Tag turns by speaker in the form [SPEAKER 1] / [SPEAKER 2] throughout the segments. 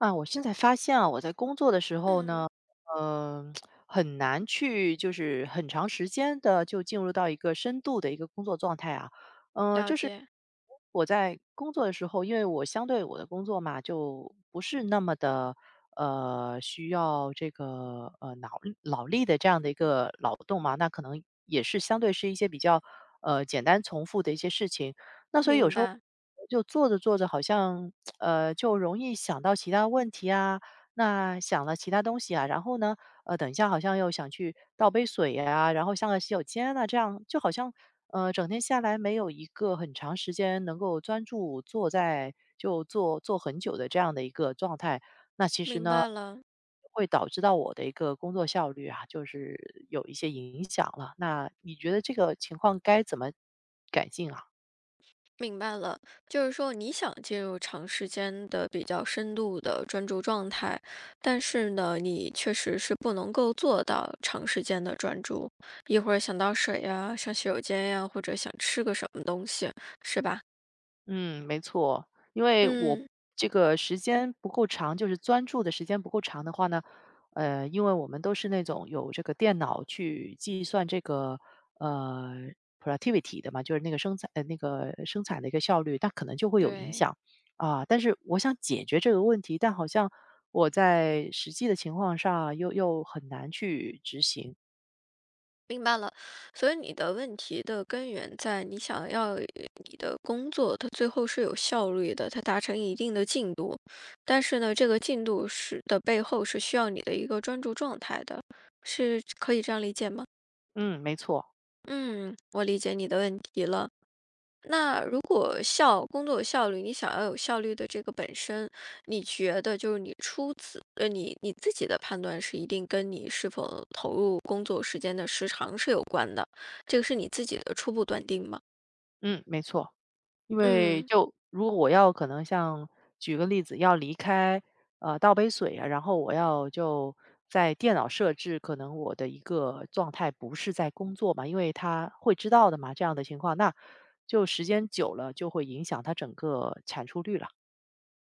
[SPEAKER 1] 啊，我现在发现啊，我在工作的时候
[SPEAKER 2] 嗯，
[SPEAKER 1] 呢，嗯，很难去就是很长时间的就进入到一个深度的一个工作状态啊。嗯、
[SPEAKER 2] 了
[SPEAKER 1] 就是
[SPEAKER 2] 解，
[SPEAKER 1] 我在工作的时候，因为我相对我的工作嘛，就不是那么的需要这个脑力的这样的一个劳动嘛，那可能也是相对是一些比较简单重复的一些事情。那所以有
[SPEAKER 2] 明
[SPEAKER 1] 时候
[SPEAKER 2] 白，
[SPEAKER 1] 做着做着好像，就容易想到其他问题啊，那想了其他东西啊，然后呢，等一下好像又想去倒杯水呀、然后上个洗手间啊，这样就好像，整天下来没有一个很长时间能够专注坐在就坐坐很久的这样的一个状态。那其实
[SPEAKER 2] 明
[SPEAKER 1] 呢，
[SPEAKER 2] 白了，
[SPEAKER 1] 会导致到我的一个工作效率啊，就是有一些影响了。那你觉得这个情况该怎么改进啊？
[SPEAKER 2] 明白了。就是说，你想进入长时间的、比较深度的专注状态，但是呢，你确实是不能够做到长时间的专注。一会儿想到水呀，上洗手间呀，或者想吃个什么东西，是吧？
[SPEAKER 1] 嗯，没错，因为我
[SPEAKER 2] 嗯，
[SPEAKER 1] 这个时间不够长，就是专注的时间不够长的话呢，因为我们都是那种有这个电脑去计算这个呃 productivity 的嘛，就是那个那个生产的一个效率，那可能就会有影
[SPEAKER 2] 对。
[SPEAKER 1] 响啊。但是我想解决这个问题，但好像我在实际的情况上又很难去执行。
[SPEAKER 2] 明白了，所以你的问题的根源在你想要你的工作，它最后是有效率的，它达成一定的进度，但是呢，这个进度的背后是需要你的一个专注状态的，是可以这样理解吗？
[SPEAKER 1] 嗯，没错，
[SPEAKER 2] 嗯，我理解你的问题了。那如果工作效率，你想要有效率的这个本身，你觉得就是你出自你自己的判断是一定跟你是否投入工作时间的时长是有关的，这个是你自己的初步断定吗？
[SPEAKER 1] 嗯，没错。因为
[SPEAKER 2] 嗯，
[SPEAKER 1] 就如果我要可能像举个例子，要离开，倒杯水啊，然后我要在电脑设置，可能我的一个状态不是在工作嘛，因为他会知道的嘛，这样的情况，那就时间久了就会影响它整个产出率了。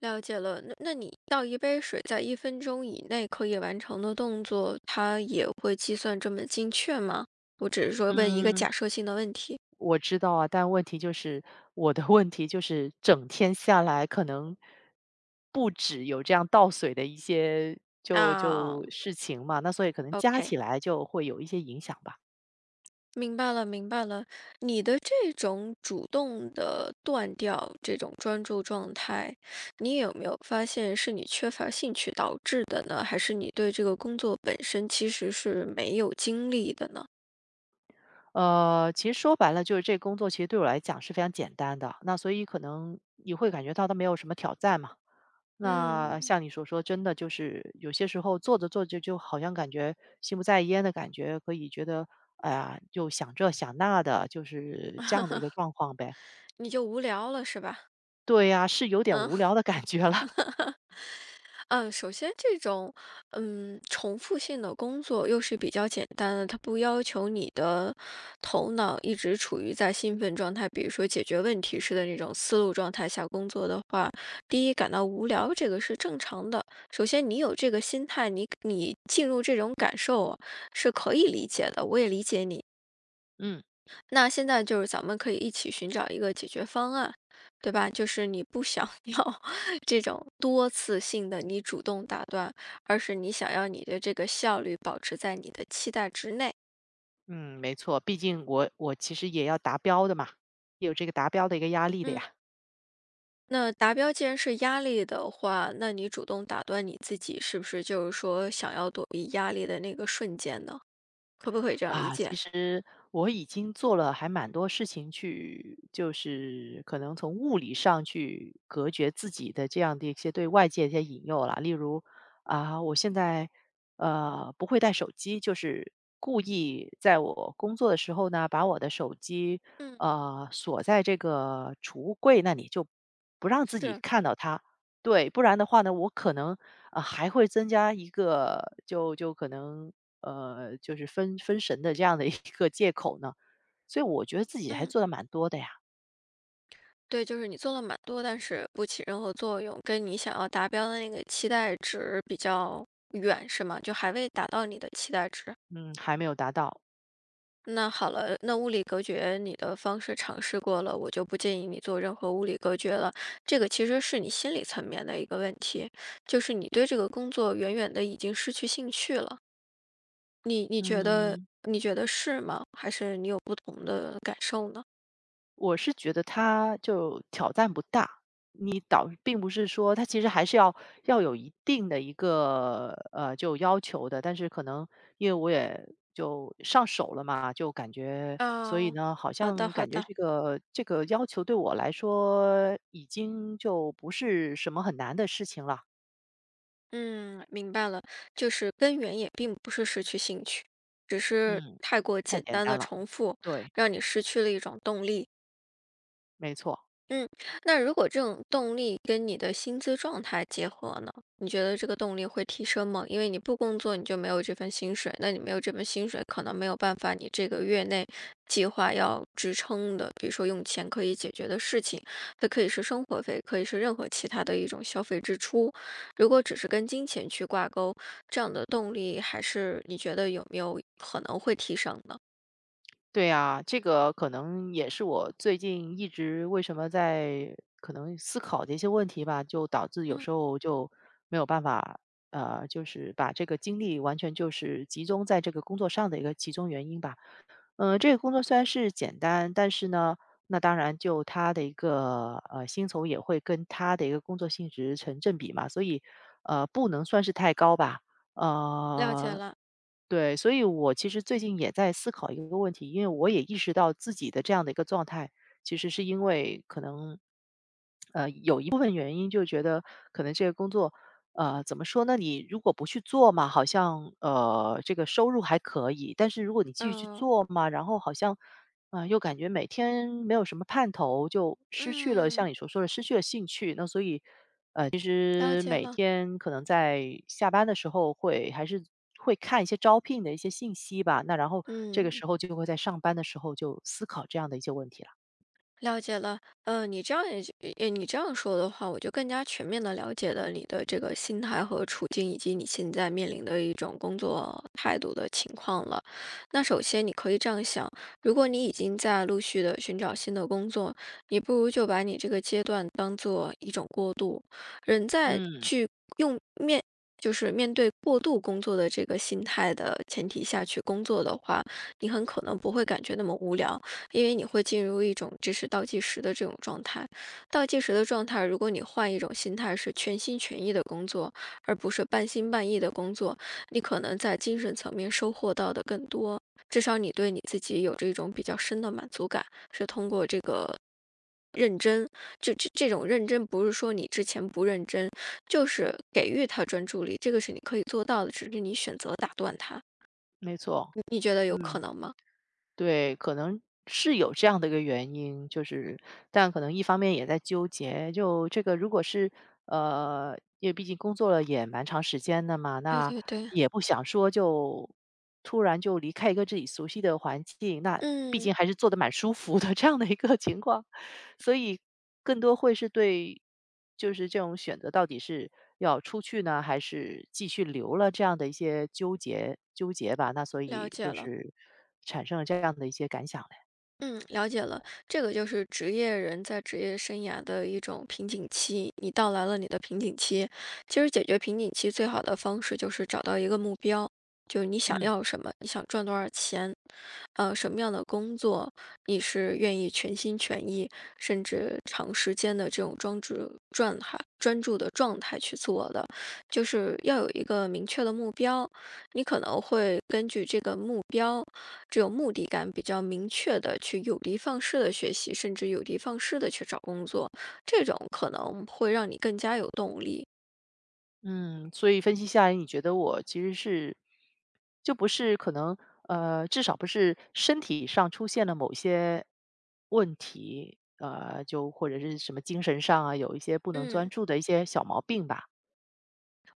[SPEAKER 2] 了解了。那你倒一杯水在1分钟以内可以完成的动作，它也会计算这么精确吗？我只是说问一个
[SPEAKER 1] 嗯。
[SPEAKER 2] 假设性的问题。
[SPEAKER 1] 我知道啊，但问题就是我的问题就是整天下来可能不止有这样倒水的一些就
[SPEAKER 2] 啊
[SPEAKER 1] 就事情嘛，那所以可能加起
[SPEAKER 2] ，OK。
[SPEAKER 1] 来就会有一些影响吧。
[SPEAKER 2] 明白了，明白了。你的这种主动的断掉这种专注状态，你有没有发现是你缺乏兴趣导致的呢？还是你对这个工作本身其实是没有精力的呢？
[SPEAKER 1] 其实说白了就是这工作其实对我来讲是非常简单的，那所以可能你会感觉到它没有什么挑战嘛。那
[SPEAKER 2] 嗯，
[SPEAKER 1] 像你所说，真的就是有些时候做着做着，就好像感觉心不在焉的感觉，可以觉得，哎呀，就想这想那的，就是这样的一个状况呗。
[SPEAKER 2] 你就无聊了是吧？
[SPEAKER 1] 对呀、是有点
[SPEAKER 2] 嗯。
[SPEAKER 1] 无聊的感觉了。
[SPEAKER 2] 嗯，首先这种，重复性的工作又是比较简单的，它不要求你的头脑一直处于在兴奋状态，比如说解决问题式的那种思路状态下工作的话，第一感到无聊，这个是正常的。首先你有这个心态，你进入这种感受啊是可以理解的，我也理解你。
[SPEAKER 1] 嗯
[SPEAKER 2] 那现在就是咱们可以一起寻找一个解决方案，对吧？就是你不想 要这种多次性的你主动打断，而是你想要你的这个效率保持在你的期待之内。
[SPEAKER 1] 嗯，没错，毕竟我其实也要达标的嘛，也有这个达标的一个压力的
[SPEAKER 2] 嗯
[SPEAKER 1] 呀。
[SPEAKER 2] 那达标既然是压力的话，那你主动打断你自己，是不是就是说想要躲避压力的那个瞬间呢？可不可以这样理
[SPEAKER 1] 啊，其
[SPEAKER 2] 解？
[SPEAKER 1] 实我已经做了还蛮多事情去，就是可能从物理上去隔绝自己的这样的一些对外界的一些引诱啦。例如啊，我现在不会带手机，就是故意在我工作的时候呢，把我的手机
[SPEAKER 2] 嗯，
[SPEAKER 1] 锁在这个储物柜那里，就不让自己
[SPEAKER 2] 是
[SPEAKER 1] 看到它。对，不然的话呢，我可能，还会增加一个就可能，就是分神的这样的一个借口呢。所以我觉得自己还
[SPEAKER 2] 嗯。
[SPEAKER 1] 做的蛮多的呀，
[SPEAKER 2] 对，就是你做了蛮多，但是不起任何作用，跟你想要达标的那个期待值比较远，是吗？就还未达到你的期待值。
[SPEAKER 1] 嗯，还没有达到，
[SPEAKER 2] 那好了，那物理隔绝你的方式尝试过了，我就不建议你做任何物理隔绝了。这个其实是你心理层面的一个问题，就是你对这个工作远远的已经失去兴趣了。你你觉得
[SPEAKER 1] 嗯。
[SPEAKER 2] 你觉得是吗？还是你有不同的感受呢？
[SPEAKER 1] 我是觉得它就挑战不大，你导并不是说它其实还是要有一定的一个，就要求的，但是可能因为我也就上手了嘛，就感觉所以
[SPEAKER 2] 啊，
[SPEAKER 1] 呢，好
[SPEAKER 2] 好的
[SPEAKER 1] 像
[SPEAKER 2] 好
[SPEAKER 1] 感觉
[SPEAKER 2] 的。
[SPEAKER 1] 这个要求对我来说已经就不是什么很难的事情了。
[SPEAKER 2] 嗯，明白了，就是根源也并不是失去兴趣，只是
[SPEAKER 1] 嗯，
[SPEAKER 2] 太过
[SPEAKER 1] 太
[SPEAKER 2] 简
[SPEAKER 1] 简
[SPEAKER 2] 单
[SPEAKER 1] 单
[SPEAKER 2] 的
[SPEAKER 1] 了，
[SPEAKER 2] 重复，
[SPEAKER 1] 对，
[SPEAKER 2] 让你失去了一种动力。
[SPEAKER 1] 没错。
[SPEAKER 2] 嗯，那如果这种动力跟你的薪资状态结合呢？你觉得这个动力会提升吗？因为你不工作，你就没有这份薪水，那你没有这份薪水，可能没有办法你这个月内计划要支撑的，比如说用钱可以解决的事情，它可以是生活费，可以是任何其他的一种消费支出。如果只是跟金钱去挂钩，这样的动力还是你觉得有没有可能会提升呢？
[SPEAKER 1] 对啊，这个可能也是我最近一直为什么在可能思考的一些问题吧，就导致有
[SPEAKER 2] 嗯，
[SPEAKER 1] 时候就没有办法，就是把这个精力完全就是集中在这个工作上的一个其中原因吧。嗯、这个工作虽然是简单，但是呢，那当然就它的一个薪酬也会跟它的一个工作性质成正比嘛，所以不能算是太高吧。
[SPEAKER 2] 了解
[SPEAKER 1] 呃，
[SPEAKER 2] 了，
[SPEAKER 1] 对，所以我其实最近也在思考一个问题，因为我也意识到自己的这样的一个状态，其实是因为可能，有一部分原因就觉得可能这个工作，怎么说呢？你如果不去做嘛，好像这个收入还可以，但是如果你继续去
[SPEAKER 2] 哦，
[SPEAKER 1] 做嘛，然后好像，啊、又感觉每天没有什么盼头，就失去了
[SPEAKER 2] 嗯，
[SPEAKER 1] 像你所说的失去了兴趣，那所以。其
[SPEAKER 2] 了
[SPEAKER 1] 实
[SPEAKER 2] 解
[SPEAKER 1] 每
[SPEAKER 2] 了，
[SPEAKER 1] 天可能在下班的时候会还是会看一些招聘的一些信息吧，那然后这个
[SPEAKER 2] 嗯。
[SPEAKER 1] 时候就会在上班的时候就思考这样的一些问题了。
[SPEAKER 2] 了解了，你这样说的话，我就更加全面的了解了你的这个心态和处境，以及你现在面临的一种工作态度的情况了。那首先，你可以这样想：如果你已经在陆续的寻找新的工作，你不如就把你这个阶段当做一种过渡。人在
[SPEAKER 1] 嗯，
[SPEAKER 2] 去用面。就是面对过度工作的这个心态的前提下去工作的话，你很可能不会感觉那么无聊，因为你会进入一种这是倒计时的这种状态。倒计时的状态，如果你换一种心态，是全心全意的工作，而不是半心半意的工作，你可能在精神层面收获到的更多。至少你对你自己有这种比较深的满足感，是通过这个认真，就这种认真，不是说你之前不认真，就是给予他专注力，这个是你可以做到的，只是你选择打断他。
[SPEAKER 1] 没错，
[SPEAKER 2] 你觉得有可
[SPEAKER 1] 嗯。
[SPEAKER 2] 能吗？
[SPEAKER 1] 对，可能是有这样的一个原因，就是但可能一方面也在纠结，就这个如果是因为毕竟工作了也蛮长时间的嘛，
[SPEAKER 2] 对
[SPEAKER 1] 那
[SPEAKER 2] 对对，
[SPEAKER 1] 也不想说就突然就离开一个自己熟悉的环境，那毕
[SPEAKER 2] 嗯，
[SPEAKER 1] 竟还是做的蛮舒服的这样的一个情况。所以更多会是对，就是这种选择到底是要出去呢，还是继续留了这样的一些纠结纠结吧。那所
[SPEAKER 2] 了
[SPEAKER 1] 以
[SPEAKER 2] 解
[SPEAKER 1] 就
[SPEAKER 2] 了。
[SPEAKER 1] 是产生了这样的一些感想嘞。
[SPEAKER 2] 嗯，了解了，这个就是职业人在职业生涯的一种瓶颈期，你到来了你的瓶颈期。其实解决瓶颈期最好的方式就是找到一个目标，就是你想
[SPEAKER 1] 嗯
[SPEAKER 2] 要什么，你想赚多少钱，什么样的工作你是愿意全心全意，甚至长时间的这种专注状态、专注的状态去做的，就是要有一个明确的目标。你可能会根据这个目标。只有目的感比较明确的去有的放矢的学习，甚至有的放矢的去找工作，这种可能会让你更加有动力。
[SPEAKER 1] 嗯，所以分析下来，你觉得我其实是就不是可能至少不是身体上出现了某些问题，就或者是什么精神上啊，有一些不能专
[SPEAKER 2] 嗯。
[SPEAKER 1] 注的一些小毛病吧。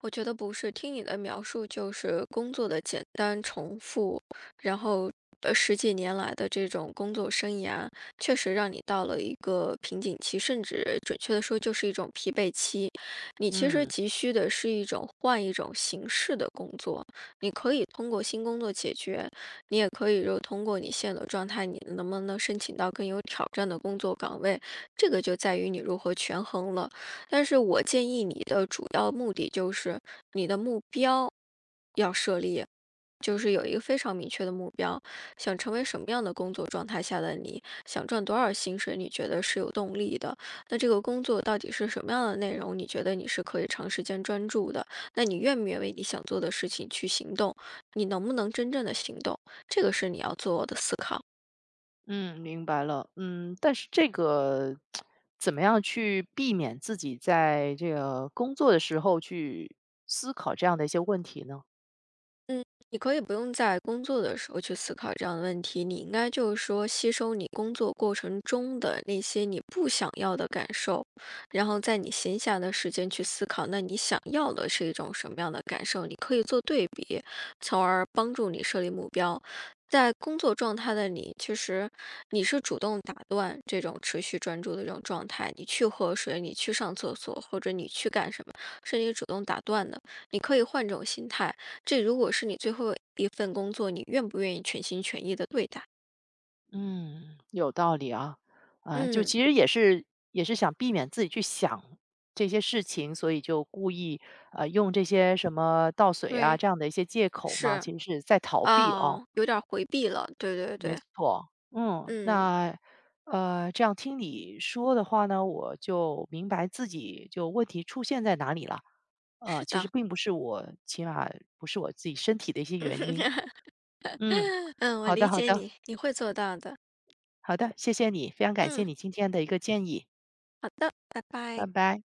[SPEAKER 2] 我觉得不是，听你的描述就是工作的简单重复，然后十几年来的这种工作生涯，确实让你到了一个瓶颈期，甚至准确的说就是一种疲惫期。你其实
[SPEAKER 1] 嗯。
[SPEAKER 2] 急需的是一种换一种形式的工作，你可以通过新工作解决，你也可以就通过你现有的状态，你能不能申请到更有挑战的工作岗位，这个就在于你如何权衡了。但是我建议你的主要目的就是你的目标要设立，就是有一个非常明确的目标，想成为什么样的工作状态下的你，想赚多少薪水，你觉得是有动力的。那这个工作到底是什么样的内容？你觉得你是可以长时间专注的？那你愿不愿意为你想做的事情去行动？你能不能真正的行动？这个是你要做的思考。
[SPEAKER 1] 嗯，明白了。嗯，但是这个怎么样去避免自己在这个工作的时候去思考这样的一些问题呢？
[SPEAKER 2] 嗯，你可以不用在工作的时候去思考这样的问题，你应该就是说吸收你工作过程中的那些你不想要的感受，然后在你闲暇的时间去思考，那你想要的是一种什么样的感受？你可以做对比，从而帮助你设立目标。在工作状态的你，其实你是主动打断这种持续专注的这种状态，你去喝水，你去上厕所，或者你去干什么，是你主动打断的。你可以换这种心态。这如果是你最后一份工作，你愿不愿意全心全意的对待？
[SPEAKER 1] 嗯，有道理啊。啊、就
[SPEAKER 2] 嗯，
[SPEAKER 1] 其实也是想避免自己去想这些事情，所以就故意用这些什么倒水啊
[SPEAKER 2] 对，
[SPEAKER 1] 这样的一些借口嘛，
[SPEAKER 2] 是，
[SPEAKER 1] 其实是在逃避啊。
[SPEAKER 2] 哦，有点儿回避了，对对
[SPEAKER 1] 没
[SPEAKER 2] 对，
[SPEAKER 1] 错，嗯，
[SPEAKER 2] 嗯，
[SPEAKER 1] 那这样听你说的话呢，我就明白自己就问题出现在哪里了。
[SPEAKER 2] 是
[SPEAKER 1] 其实
[SPEAKER 2] 的，
[SPEAKER 1] 并不是我，起码不是我自己身体的一些原因。嗯，
[SPEAKER 2] 嗯，我
[SPEAKER 1] 好的，
[SPEAKER 2] 理
[SPEAKER 1] 好
[SPEAKER 2] 解
[SPEAKER 1] 的，
[SPEAKER 2] 你，你会做到的，
[SPEAKER 1] 好的，谢谢你，非常感谢
[SPEAKER 2] 嗯，
[SPEAKER 1] 你今天的一个建议，
[SPEAKER 2] 好的，拜拜。
[SPEAKER 1] 拜拜。